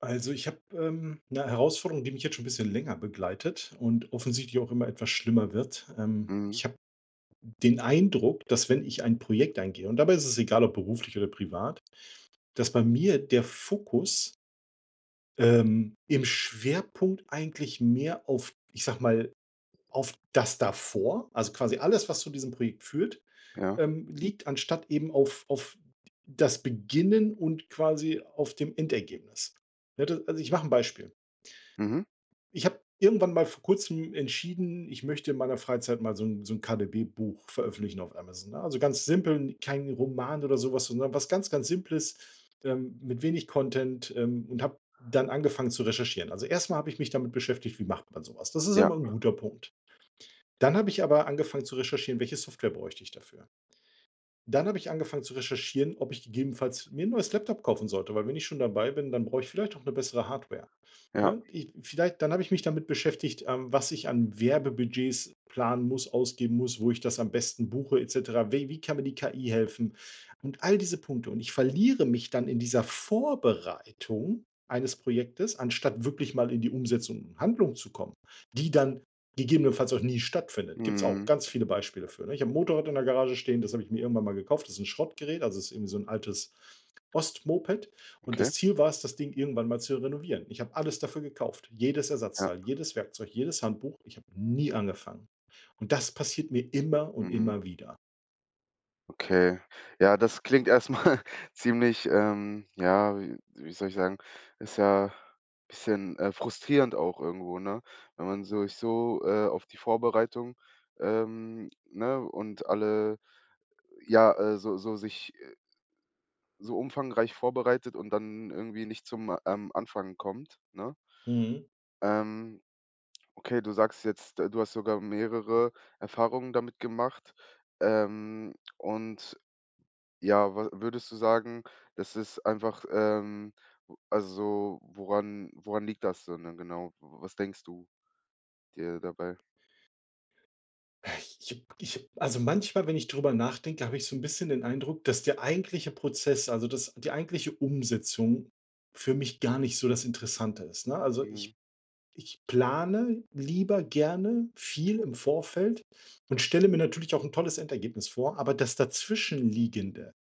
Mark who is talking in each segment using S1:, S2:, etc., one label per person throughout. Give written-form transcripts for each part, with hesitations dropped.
S1: Also, ich habe, 'ne Herausforderung, die mich jetzt schon ein bisschen länger begleitet und offensichtlich auch immer etwas schlimmer wird.
S2: Mhm,
S1: Ich habe den Eindruck, dass, wenn ich ein Projekt eingehe, und dabei ist es egal, ob beruflich oder privat, dass bei mir der Fokus, im Schwerpunkt eigentlich mehr auf, ich sage mal, auf das davor, also quasi alles, was zu diesem Projekt führt,
S2: ja.
S1: liegt, anstatt eben auf das Beginnen und quasi auf dem Endergebnis. Ne, da, also, ich mache ein Beispiel.
S2: Mhm.
S1: Ich habe irgendwann mal vor Kurzem entschieden, ich möchte in meiner Freizeit mal so ein so 'n KaDeWe-Buch veröffentlichen auf Amazon, ne? Also, ganz simpel, kein Roman oder so was, sondern was ganz, ganz Simples, mit wenig Content, und habe dann angefangen zu recherchieren. Also, erstmal habe ich mich damit beschäftigt, wie macht man sowas. Das ist
S2: Ja,
S1: immer ein guter Punkt. Dann habe ich aber angefangen zu recherchieren, welche Software bräuchte ich dafür? Dann habe ich angefangen zu recherchieren, ob ich gegebenenfalls mir ein neues Laptop kaufen sollte, weil, wenn ich schon dabei bin, dann brauche ich vielleicht auch eine bessere Hardware.
S2: ja.
S1: Ne? Ich, vielleicht, dann habe ich mich damit beschäftigt, was ich an Werbebudgets planen muss, ausgeben muss, wo ich das am besten buche, et cetera. Wie kann mir die KI helfen? Und all diese Punkte. Und ich verliere mich dann in dieser Vorbereitung eines Projektes, anstatt wirklich mal in die Umsetzung und Handlung zu kommen, die dann gegebenenfalls auch nie stattfindet. Gibt es auch
S2: Mhm.
S1: ganz viele Beispiele für, ne? Ich habe 'n Motorrad in der Garage stehen, das habe ich mir irgendwann mal gekauft. Das ist ein Schrottgerät, also es ist irgendwie so ein altes Ostmoped. Und
S2: Okay.
S1: das Ziel war es, das Ding irgendwann mal zu renovieren. Ich habe alles dafür gekauft. Jedes
S2: Ja.
S1: Ersatzteil, jedes Werkzeug, jedes Handbuch. Ich habe nie angefangen. Und das passiert mir immer und
S2: Mhm.
S1: immer wieder.
S2: Okay. Ja, das klingt erstmal ziemlich, ja, wie soll ich sagen, ist ja ein bisschen, frustrierend auch irgendwo, ne? Wenn man so sich so, auf die Vorbereitung, ne, und alle ja, so sich, so umfangreich vorbereitet und dann irgendwie nicht zum, Anfang kommt, ne?
S1: Mhm.
S2: Ähm Okay, du sagst jetzt, du hast sogar mehrere Erfahrungen damit gemacht. Und ja, wa würdest du sagen, das ist einfach, w also woran liegt das denn genau? Was denkst du dir dabei?
S1: Ich, also, manchmal, wenn ich drüber nachdenke, habe ich so ein bisschen den Eindruck, dass der eigentliche Prozess, also das, die eigentliche Umsetzung für mich gar nicht so das Interessante ist. Ne? Also ich,
S2: Mhm.
S1: ich plane lieber gerne viel im Vorfeld und stelle mir natürlich auch ein tolles Endergebnis vor, aber das Dazwischenliegende,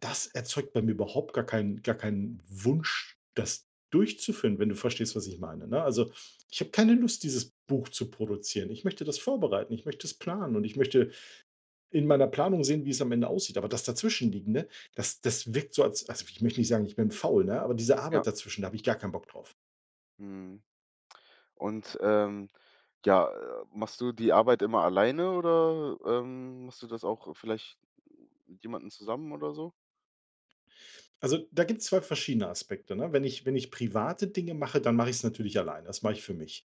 S1: das erzeugt bei mir überhaupt gar keinen Wunsch, das durchzuführen, wenn du verstehst, was ich meine, ne? Also, ich habe keine Lust, dieses Buch zu produzieren. Ich möchte das vorbereiten, ich möchte es planen und ich möchte in meiner Planung sehen, wie es am Ende aussieht. Aber das Dazwischenliegende, das wirkt so, als, also, ich möchte nicht sagen, ich bin faul, ne, aber diese
S2: Ja.
S1: Arbeit dazwischen, da habe ich gar keinen Bock drauf.
S2: Mhm. Und, ja, machst du die Arbeit immer alleine oder, machst du das auch vielleicht mit jemandem zusammen oder so?
S1: Also, da gibt es 2 verschiedene Aspekte, ne? Wenn ich private Dinge mache, dann mache ich es natürlich alleine. Das mache ich für mich.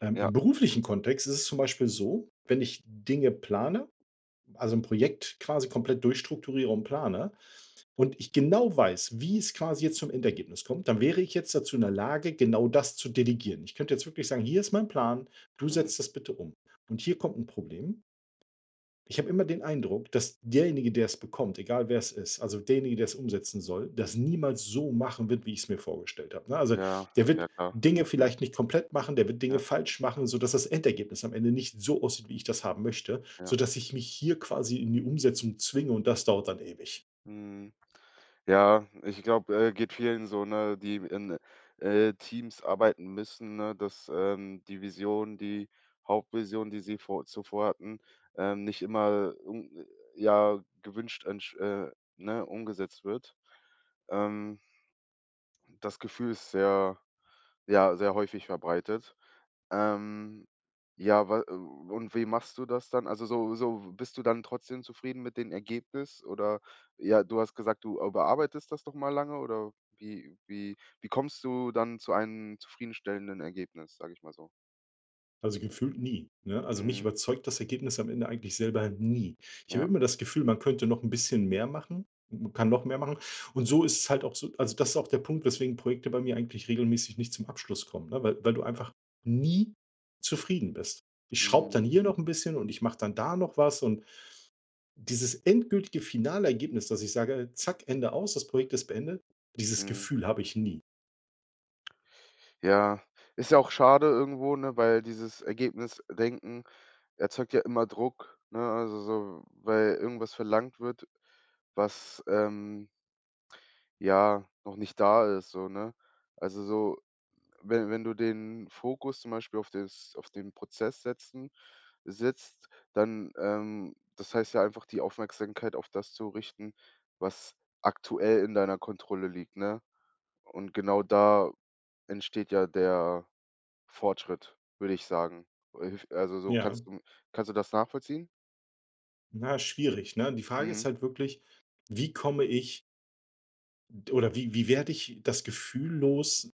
S2: Ja.
S1: Im beruflichen Kontext ist es zum Beispiel so, wenn ich Dinge plane, also ein Projekt quasi komplett durchstrukturiere und plane und ich genau weiß, wie es quasi jetzt zum Endergebnis kommt, dann wäre ich jetzt dazu in der Lage, genau das zu delegieren. Ich könnte jetzt wirklich sagen: „Hier ist mein Plan, du
S2: Mhm.
S1: setzt das bitte um." Und hier kommt ein Problem: Ich habe immer den Eindruck, dass derjenige, der es bekommt, egal wer es ist, also derjenige, der es umsetzen soll, das niemals so machen wird, wie ich es mir vorgestellt habe, ne? Also,
S2: Ja,
S1: der wird
S2: ja klar.
S1: Dinge vielleicht nicht komplett machen, der wird Dinge
S2: Ja,
S1: falsch machen, sodass das Endergebnis am Ende nicht so aussieht, wie ich das haben möchte,
S2: ja.
S1: sodass ich mich hier quasi in die Umsetzung zwinge, und das dauert dann ewig.
S2: Mhm. Ja, ich glaube, geht vielen so, ne, die in, Teams arbeiten müssen, ne, dass, die Vision, die Hauptvision, die sie vor zuvor hatten, nicht immer un ja, gewünscht entsch ne, umgesetzt wird. Ähm, das Gefühl ist sehr ja, sehr häufig verbreitet. Ähm, ja, wa und wie machst du das dann? Also, so so bist du dann trotzdem zufrieden mit dem Ergebnis oder ja, du hast gesagt, du überarbeitest das doch mal lange oder wie wie wie kommst du dann zu einem zufriedenstellenden Ergebnis, sage ich mal so?
S1: Also gefühlt nie, ne? Also, mich
S2: Mhm,
S1: überzeugt das Ergebnis am Ende eigentlich selber nie. Ich habe
S2: ja,
S1: immer das Gefühl, man könnte noch ein bisschen mehr machen, man kann noch mehr machen. Und so ist es halt auch. So, also, das ist auch der Punkt, weswegen Projekte bei mir eigentlich regelmäßig nicht zum Abschluss kommen, ne, weil du einfach nie zufrieden bist. Ich schraube
S2: mhm,
S1: dann hier noch ein bisschen und ich mache dann da noch was, und dieses endgültige finale Ergebnis, dass ich sage: „Zack, Ende aus, das Projekt ist beendet", dieses
S2: mhm.
S1: Gefühl habe ich nie.
S2: Ja, ist ja auch schade irgendwo, ne, weil dieses Ergebnisdenken erzeugt ja immer Druck, ne? Also, so weil irgendwas verlangt wird, was. Ja, noch nicht da ist, so, ne? Also so, wenn wenn du den Fokus zum Beispiel auf das auf den Prozess setzen setzt, dann, das heißt ja einfach, die Aufmerksamkeit auf das zu richten, was aktuell in deiner Kontrolle liegt, ne? Und genau da entsteht ja der Fortschritt, würde ich sagen. Hilf Also so,
S1: Ja,
S2: kannst du das nachvollziehen?
S1: na, schwierig, ne? Die Frage ist
S2: Mhm.
S1: halt wirklich: wie komme ich Oder wie werde ich das Gefühl los,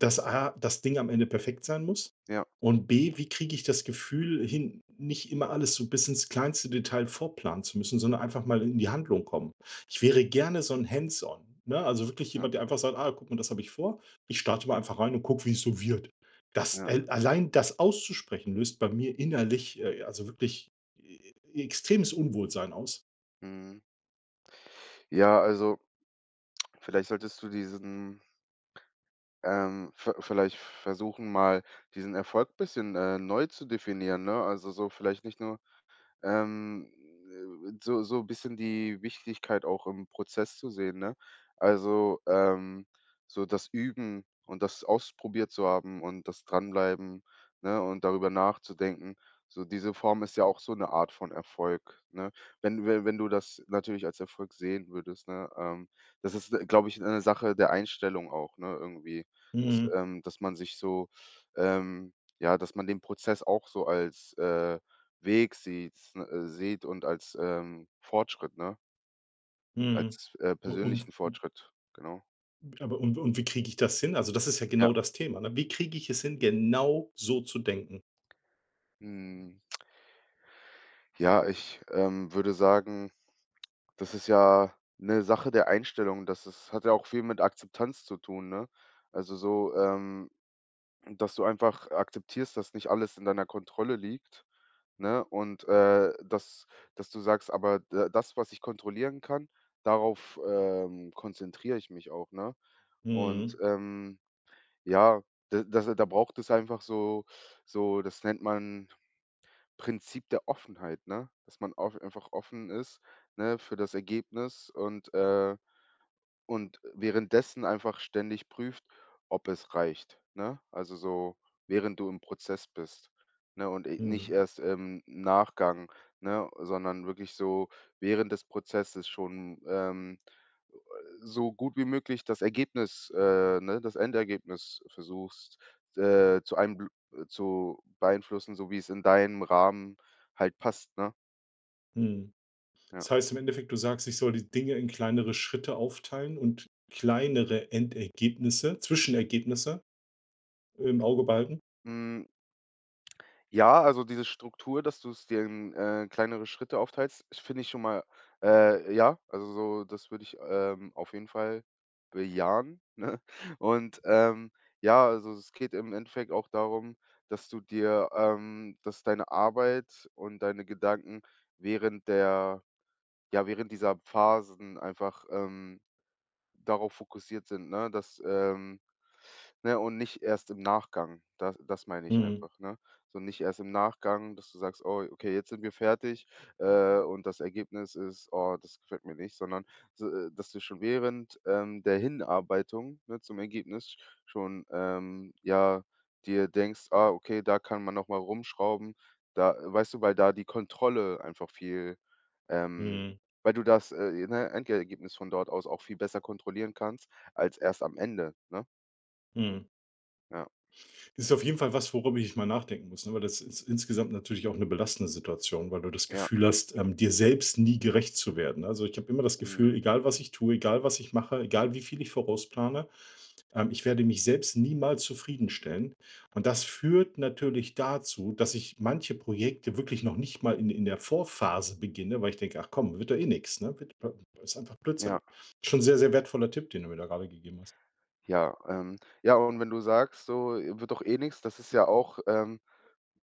S1: dass A, das Ding am Ende perfekt sein muss,
S2: Ja,
S1: und B, wie kriege ich das Gefühl hin, nicht immer alles so bis ins kleinste Detail vorplanen zu müssen, sondern einfach mal in die Handlung kommen. Ich wäre gerne so ein Hands-on, ne? Also, wirklich
S2: ja,
S1: jemand, der einfach sagt: „Ah, guck mal, das habe ich vor. Ich starte mal einfach rein und gucke, wie es so wird." Das,
S2: ja.
S1: al allein das auszusprechen, löst bei mir innerlich, also, wirklich, äh, extremes Unwohlsein aus.
S2: Mhm. Ja, also vielleicht solltest du diesen v vielleicht versuchen, mal diesen Erfolg ein bisschen, neu zu definieren, ne? Also, so vielleicht nicht nur ähm, so so ein bisschen die Wichtigkeit auch im Prozess zu sehen, ne? Also, so das Üben und das ausprobiert zu haben und das Dranbleiben, ne, und darüber nachzudenken. So diese Form ist ja auch so eine Art von Erfolg, ne? Wenn wenn wenn du das natürlich als Erfolg sehen würdest, ne? Das ist, glaube ich, eine Sache der Einstellung auch, ne, irgendwie, dass
S1: Mhm,
S2: dass man sich so ähm, ja, dass man den Prozess auch so als, Weg sieht n sieht und als, Fortschritt, ne?
S1: mhm.
S2: Als,
S1: und
S2: persönlichen Fortschritt, genau.
S1: Aber wie kriege ich das hin? Also, das ist ja
S2: Ja.
S1: genau das Thema, ne? Wie kriege ich es hin, genau so zu denken?
S2: Mhm. Ja, ich, würde sagen, das ist ja eine Sache der Einstellung. Das ist hat ja auch viel mit Akzeptanz zu tun, ne? Also, so, dass du einfach akzeptierst, dass nicht alles in deiner Kontrolle liegt, ne? Und, dass dass du sagst: „Aber d das, was ich kontrollieren kann, darauf, konzentriere ich mich auch“, ne? Und,
S1: Mhm,
S2: ähm Ja, da das da braucht es einfach so so das nennt man Prinzip der Offenheit, ne? Dass man auf einfach offen ist, ne, für das Ergebnis und währenddessen einfach ständig prüft, ob es reicht, ne? Also, so, während du im Prozess bist, ne, und e nicht
S1: mhm,
S2: erst im Nachgang, ne, sondern wirklich so während des Prozesses schon, so gut wie möglich das Ergebnis, das Endergebnis versuchst, äh, zu einem zu beeinflussen, so wie es in deinem Rahmen halt passt, ne?
S1: mhm.
S2: Ja.
S1: Das heißt im Endeffekt, du sagst, ich soll die Dinge in kleinere Schritte aufteilen und kleinere Endergebnisse, Zwischenergebnisse im Auge behalten?
S2: Hm, Ja, also diese Struktur, dass du's dir in, kleinere Schritte aufteilst, das finde ich schon mal ja, also so, das würde ich, auf jeden Fall bejahen, ne? Und, ja, also es geht im Endeffekt auch darum, dass du dir dass deine Arbeit und deine Gedanken während der ja, während dieser Phasen einfach, darauf fokussiert sind, ne, Ne, und nicht erst im Nachgang. Das meine ich
S1: Mhm,
S2: einfach, ne? So nicht erst im Nachgang, dass du sagst: „Oh, okay, jetzt sind wir fertig, und das Ergebnis ist, oh, das gefällt mir nicht“, sondern so, dass du schon während, der Hinarbeitung, ne, zum Ergebnis schon, ja, dir denkst: „Ah, okay, da kann man noch mal rumschrauben.“ Da weißt du, weil da die Kontrolle einfach viel, ähm
S1: mhm,
S2: weil du das, Endergebnis von dort aus auch viel besser kontrollieren kannst als erst am Ende, ne?
S1: mhm.
S2: Ja,
S1: Das ist auf jeden Fall was, worüber ich mal nachdenken muss, ne, weil das ist insgesamt natürlich auch eine belastende Situation, weil du das
S2: ja.
S1: Gefühl hast, dir selbst nie gerecht zu werden. Also, ich habe immer das
S2: Mhm.
S1: Gefühl, egal was ich tue, egal was ich mache, egal wie viel ich vorausplane. Ich werde mich selbst niemals zufriedenstellen. Und das führt natürlich dazu, dass ich manche Projekte wirklich noch nicht mal in der Vorphase beginne, weil ich denke: „Ach, komm, wird doch eh nichts, ne? Wird Ist einfach Blödsinn."
S2: Ja,
S1: Schon sehr, sehr wertvoller Tipp, den du mir da gerade gegeben hast.
S2: ja, ja, und wenn du sagst, so, wird doch eh nichts. Das ist ja auch,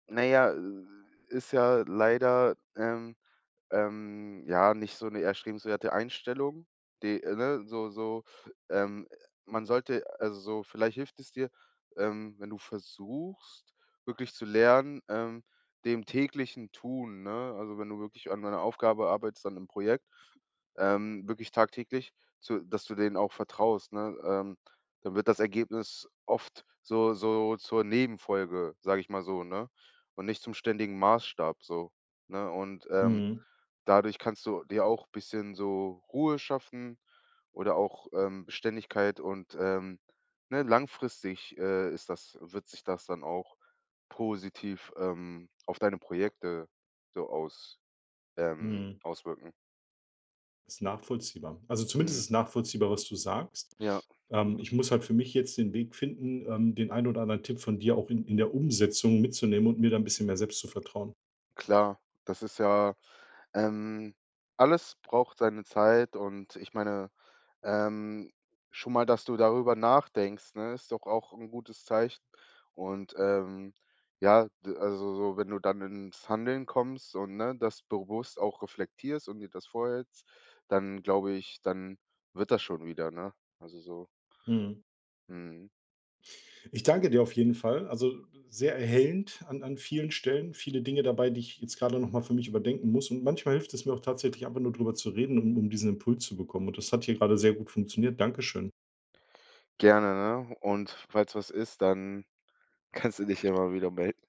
S2: na ja, ist ja leider, ja, nicht so eine erstrebenswerte Einstellung, die ne, so so, ähm, man sollte also, so vielleicht hilft es dir, wenn du versuchst, wirklich zu lernen, dem täglichen Tun, ne? Also, wenn du wirklich an einer Aufgabe arbeitest, an einem Projekt wirklich tagtäglich, zu dass du denen auch vertraust, ne? Dann wird das Ergebnis oft so so zur Nebenfolge, sage ich mal so, ne? Und nicht zum ständigen Maßstab so, ne? Und,
S1: Mhm,
S2: dadurch kannst du dir auch ein bisschen so Ruhe schaffen oder auch, Beständigkeit und, ne, langfristig, ist das wird sich das dann auch positiv, auf deine Projekte so
S1: mhm.
S2: auswirken.
S1: Ist nachvollziehbar. Also, zumindest
S2: Mhm,
S1: ist nachvollziehbar, was du sagst.
S2: ja.
S1: Ich muss halt für mich jetzt den Weg finden, den einen oder anderen Tipp von dir auch in der Umsetzung mitzunehmen und mir da ein bisschen mehr selbst zu vertrauen.
S2: Klar, das ist ja ähm, alles braucht seine Zeit und ich meine, ähm, schon mal, dass du darüber nachdenkst, ne, ist doch auch ein gutes Zeichen. Und, ja, d also so, wenn du dann ins Handeln kommst und, ne, das bewusst auch reflektierst und dir das vorhältst, dann glaube ich, dann wird das schon wieder, ne? Also so
S1: Mhm.
S2: mhm.
S1: Ich danke dir auf jeden Fall. Also sehr erhellend an vielen Stellen. Viele Dinge dabei, die ich jetzt gerade nochmal für mich überdenken muss. Und manchmal hilft es mir auch tatsächlich einfach nur drüber zu reden, um diesen Impuls zu bekommen. Und das hat hier gerade sehr gut funktioniert. Dankeschön.
S2: Gerne, ne? Und falls was ist, dann kannst du dich immer wieder melden.